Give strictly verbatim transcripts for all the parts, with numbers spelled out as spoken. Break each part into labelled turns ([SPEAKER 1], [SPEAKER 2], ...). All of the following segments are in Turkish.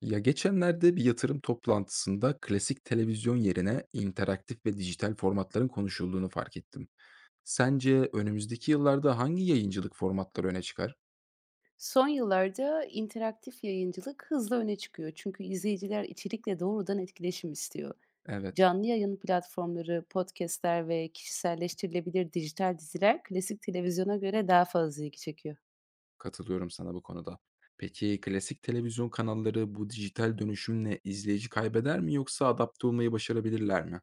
[SPEAKER 1] Ya geçenlerde bir yatırım toplantısında klasik televizyon yerine interaktif ve dijital formatların konuşulduğunu fark ettim. Sence önümüzdeki yıllarda hangi yayıncılık formatları öne çıkar?
[SPEAKER 2] Son yıllarda interaktif yayıncılık hızla öne çıkıyor. Çünkü izleyiciler içerikle doğrudan etkileşim istiyor.
[SPEAKER 1] Evet,
[SPEAKER 2] Canlı yayın platformları, podcastler ve kişiselleştirilebilir dijital diziler klasik televizyona göre daha fazla ilgi çekiyor.
[SPEAKER 1] katılıyorum sana bu konuda. Peki klasik televizyon kanalları bu dijital dönüşümle izleyici kaybeder mi yoksa adapte olmayı başarabilirler mi?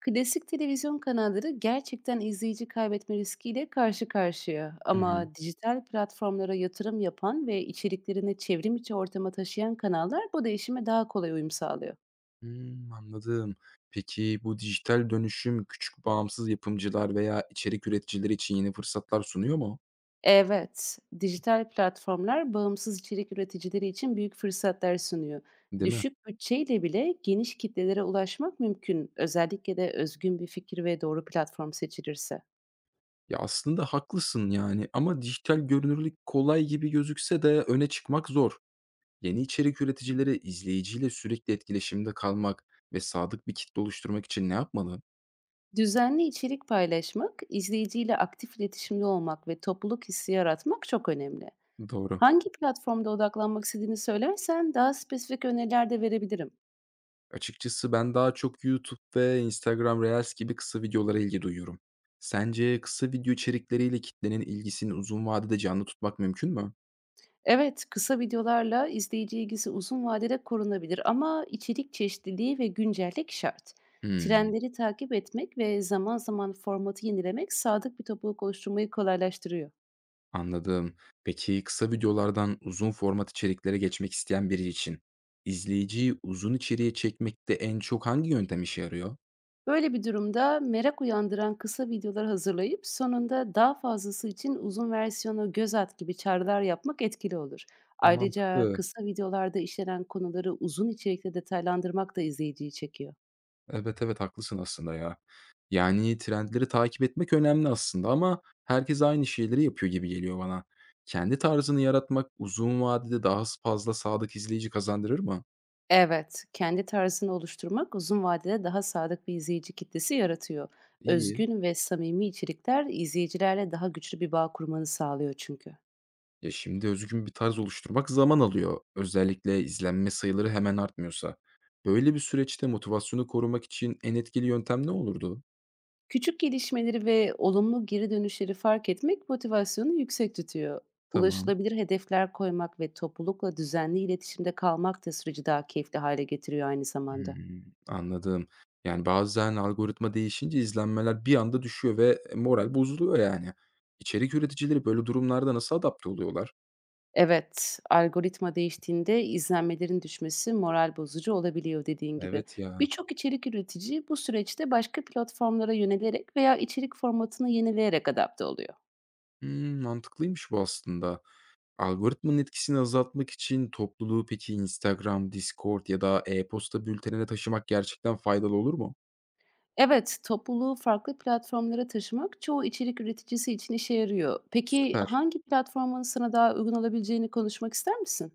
[SPEAKER 2] Klasik televizyon kanalları gerçekten izleyici kaybetme riskiyle karşı karşıya
[SPEAKER 1] Hı hı.
[SPEAKER 2] ama dijital platformlara yatırım yapan ve içeriklerini çevrim içi ortama taşıyan kanallar bu değişime daha kolay uyum sağlıyor.
[SPEAKER 1] Hmm, anladım. Peki bu dijital dönüşüm küçük bağımsız yapımcılar veya içerik üreticileri için yeni fırsatlar sunuyor mu?
[SPEAKER 2] Evet, dijital platformlar bağımsız içerik üreticileri için büyük fırsatlar sunuyor.
[SPEAKER 1] Değil mi?
[SPEAKER 2] Düşük bütçeyle bile geniş kitlelere ulaşmak mümkün, özellikle de özgün bir fikir ve doğru platform seçilirse.
[SPEAKER 1] Ya, aslında haklısın, yani, ama dijital görünürlük kolay gibi gözükse de öne çıkmak zor. Yeni içerik üreticileri izleyiciyle sürekli etkileşimde kalmak ve sadık bir kitle oluşturmak için ne yapmalı?
[SPEAKER 2] Düzenli içerik paylaşmak, izleyiciyle aktif iletişimde olmak ve topluluk hissi yaratmak çok önemli.
[SPEAKER 1] Doğru.
[SPEAKER 2] Hangi platformda odaklanmak istediğini söylersen daha spesifik öneriler de verebilirim.
[SPEAKER 1] Açıkçası ben daha çok YouTube ve Instagram Reels gibi kısa videolara ilgi duyuyorum. Sence kısa video içerikleriyle kitlenin ilgisini uzun vadede canlı tutmak mümkün mü?
[SPEAKER 2] Evet, kısa videolarla izleyici ilgisi uzun vadede korunabilir ama içerik çeşitliliği ve güncellik şart.
[SPEAKER 1] Hımm.
[SPEAKER 2] Trendleri takip etmek ve zaman zaman formatı yenilemek sadık bir topluluk oluşturmayı kolaylaştırıyor.
[SPEAKER 1] Anladım. Peki kısa videolardan uzun format içeriklere geçmek isteyen biri için izleyiciyi uzun içeriğe çekmekte en çok hangi yöntem işe yarıyor?
[SPEAKER 2] Böyle bir durumda merak uyandıran kısa videolar hazırlayıp sonunda daha fazlası için uzun versiyona göz at gibi çağrılar yapmak etkili olur.
[SPEAKER 1] Ha,
[SPEAKER 2] Ayrıca
[SPEAKER 1] mantıklı.
[SPEAKER 2] kısa videolarda işlenen konuları uzun içerikte detaylandırmak da izleyiciyi çekiyor.
[SPEAKER 1] Evet evet haklısın aslında ya. Yani trendleri takip etmek önemli aslında ama herkes aynı şeyleri yapıyor gibi geliyor bana. Kendi tarzını yaratmak uzun vadede daha fazla sadık izleyici kazandırır mı?
[SPEAKER 2] Evet, kendi tarzını oluşturmak uzun vadede daha sadık bir izleyici kitlesi yaratıyor.
[SPEAKER 1] İyi.
[SPEAKER 2] Özgün ve samimi içerikler izleyicilerle daha güçlü bir bağ kurmanı sağlıyor çünkü.
[SPEAKER 1] Ya, şimdi özgün bir tarz oluşturmak zaman alıyor. Özellikle izlenme sayıları hemen artmıyorsa. Böyle bir süreçte motivasyonu korumak için en etkili yöntem ne olurdu?
[SPEAKER 2] Küçük gelişmeleri ve olumlu geri dönüşleri fark etmek motivasyonu yüksek tutuyor.
[SPEAKER 1] Tamam.
[SPEAKER 2] Ulaşılabilir hedefler koymak ve toplulukla düzenli iletişimde kalmak da süreci daha keyifli hale getiriyor aynı zamanda.
[SPEAKER 1] Hımm, anladım. Yani, bazen algoritma değişince izlenmeler bir anda düşüyor ve, moral bozuluyor yani. İçerik üreticileri böyle durumlarda nasıl adapte oluyorlar?
[SPEAKER 2] Evet, algoritma değiştiğinde izlenmelerin düşmesi moral bozucu olabiliyor dediğin gibi.
[SPEAKER 1] Evet ya.
[SPEAKER 2] Birçok içerik üretici bu süreçte başka platformlara yönelerek veya içerik formatını yenileyerek adapte oluyor.
[SPEAKER 1] Hımm, mantıklıymış bu aslında. Algoritmanın etkisini azaltmak için topluluğu peki Instagram, Discord ya da e-posta bültenine taşımak gerçekten faydalı olur mu?
[SPEAKER 2] Evet, topluluğu farklı platformlara taşımak çoğu içerik üreticisi için işe yarıyor. Peki
[SPEAKER 1] Süper.
[SPEAKER 2] hangi platformun sana daha uygun olabileceğini konuşmak ister misin?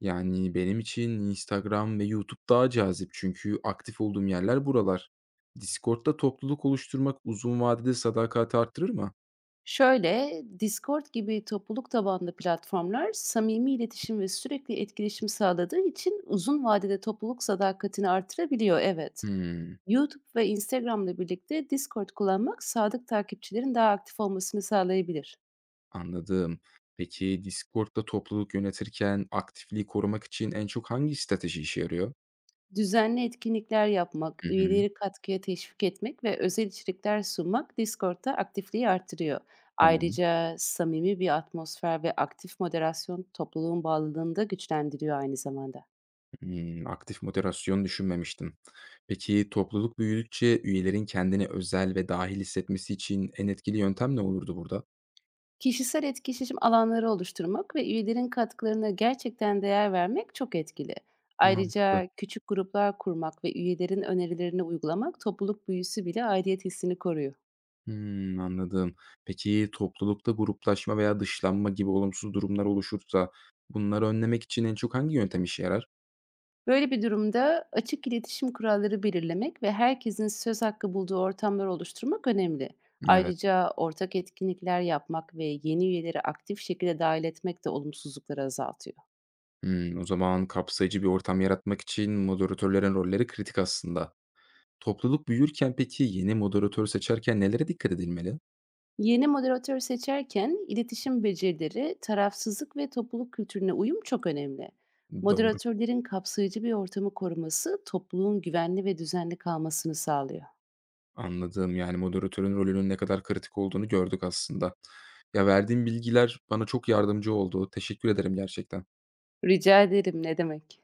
[SPEAKER 1] Yani benim için Instagram ve YouTube daha cazip çünkü aktif olduğum yerler buralar. Discord'da topluluk oluşturmak uzun vadede sadakati arttırır mı?
[SPEAKER 2] Şöyle, Discord gibi topluluk tabanlı platformlar samimi iletişim ve sürekli etkileşim sağladığı için uzun vadede topluluk sadakatini artırabiliyor, evet.
[SPEAKER 1] Hımm,
[SPEAKER 2] YouTube ve Instagram'la birlikte Discord kullanmak sadık takipçilerin daha aktif olmasını sağlayabilir.
[SPEAKER 1] anladım. Peki Discord'da topluluk yönetirken aktifliği korumak için en çok hangi strateji işe yarıyor?
[SPEAKER 2] Düzenli etkinlikler yapmak,
[SPEAKER 1] Hı hı,
[SPEAKER 2] üyeleri katkıya teşvik etmek ve özel içerikler sunmak Discord'da aktifliği artırıyor.
[SPEAKER 1] tamam.
[SPEAKER 2] Ayrıca samimi bir atmosfer ve aktif moderasyon topluluğun bağlılığını da güçlendiriyor aynı zamanda.
[SPEAKER 1] Hımm, aktif moderasyon düşünmemiştim. Peki, topluluk büyüdükçe üyelerin kendini özel ve dahil hissetmesi için en etkili yöntem ne olurdu burada?
[SPEAKER 2] Kişisel etkileşim alanları oluşturmak ve üyelerin katkılarına gerçekten değer vermek çok etkili.
[SPEAKER 1] Mantıklı.
[SPEAKER 2] Ayrıca küçük gruplar kurmak ve üyelerin önerilerini uygulamak topluluk büyüsü bile aidiyet hissini koruyor.
[SPEAKER 1] Hımm, anladım. Peki, toplulukta gruplaşma veya dışlanma gibi olumsuz durumlar oluşursa bunları önlemek için en çok hangi yöntem işe yarar?
[SPEAKER 2] Böyle bir durumda açık iletişim kuralları belirlemek ve herkesin söz hakkı bulduğu ortamlar oluşturmak önemli.
[SPEAKER 1] Evet.
[SPEAKER 2] Ayrıca ortak etkinlikler yapmak ve yeni üyeleri aktif şekilde dahil etmek de olumsuzlukları azaltıyor.
[SPEAKER 1] Hımm, o zaman kapsayıcı bir ortam yaratmak için moderatörlerin rolleri kritik aslında. Topluluk büyürken peki yeni moderatör seçerken nelere dikkat edilmeli?
[SPEAKER 2] Yeni moderatör seçerken iletişim becerileri, tarafsızlık ve topluluk kültürüne uyum çok önemli.
[SPEAKER 1] Doğru.
[SPEAKER 2] Moderatörlerin kapsayıcı bir ortamı koruması topluluğun güvenli ve düzenli kalmasını sağlıyor.
[SPEAKER 1] Anladım. Yani, moderatörün rolünün ne kadar kritik olduğunu gördük aslında. Ya, verdiğin bilgiler bana çok yardımcı oldu. Teşekkür ederim gerçekten.
[SPEAKER 2] Rica ederim ne demek?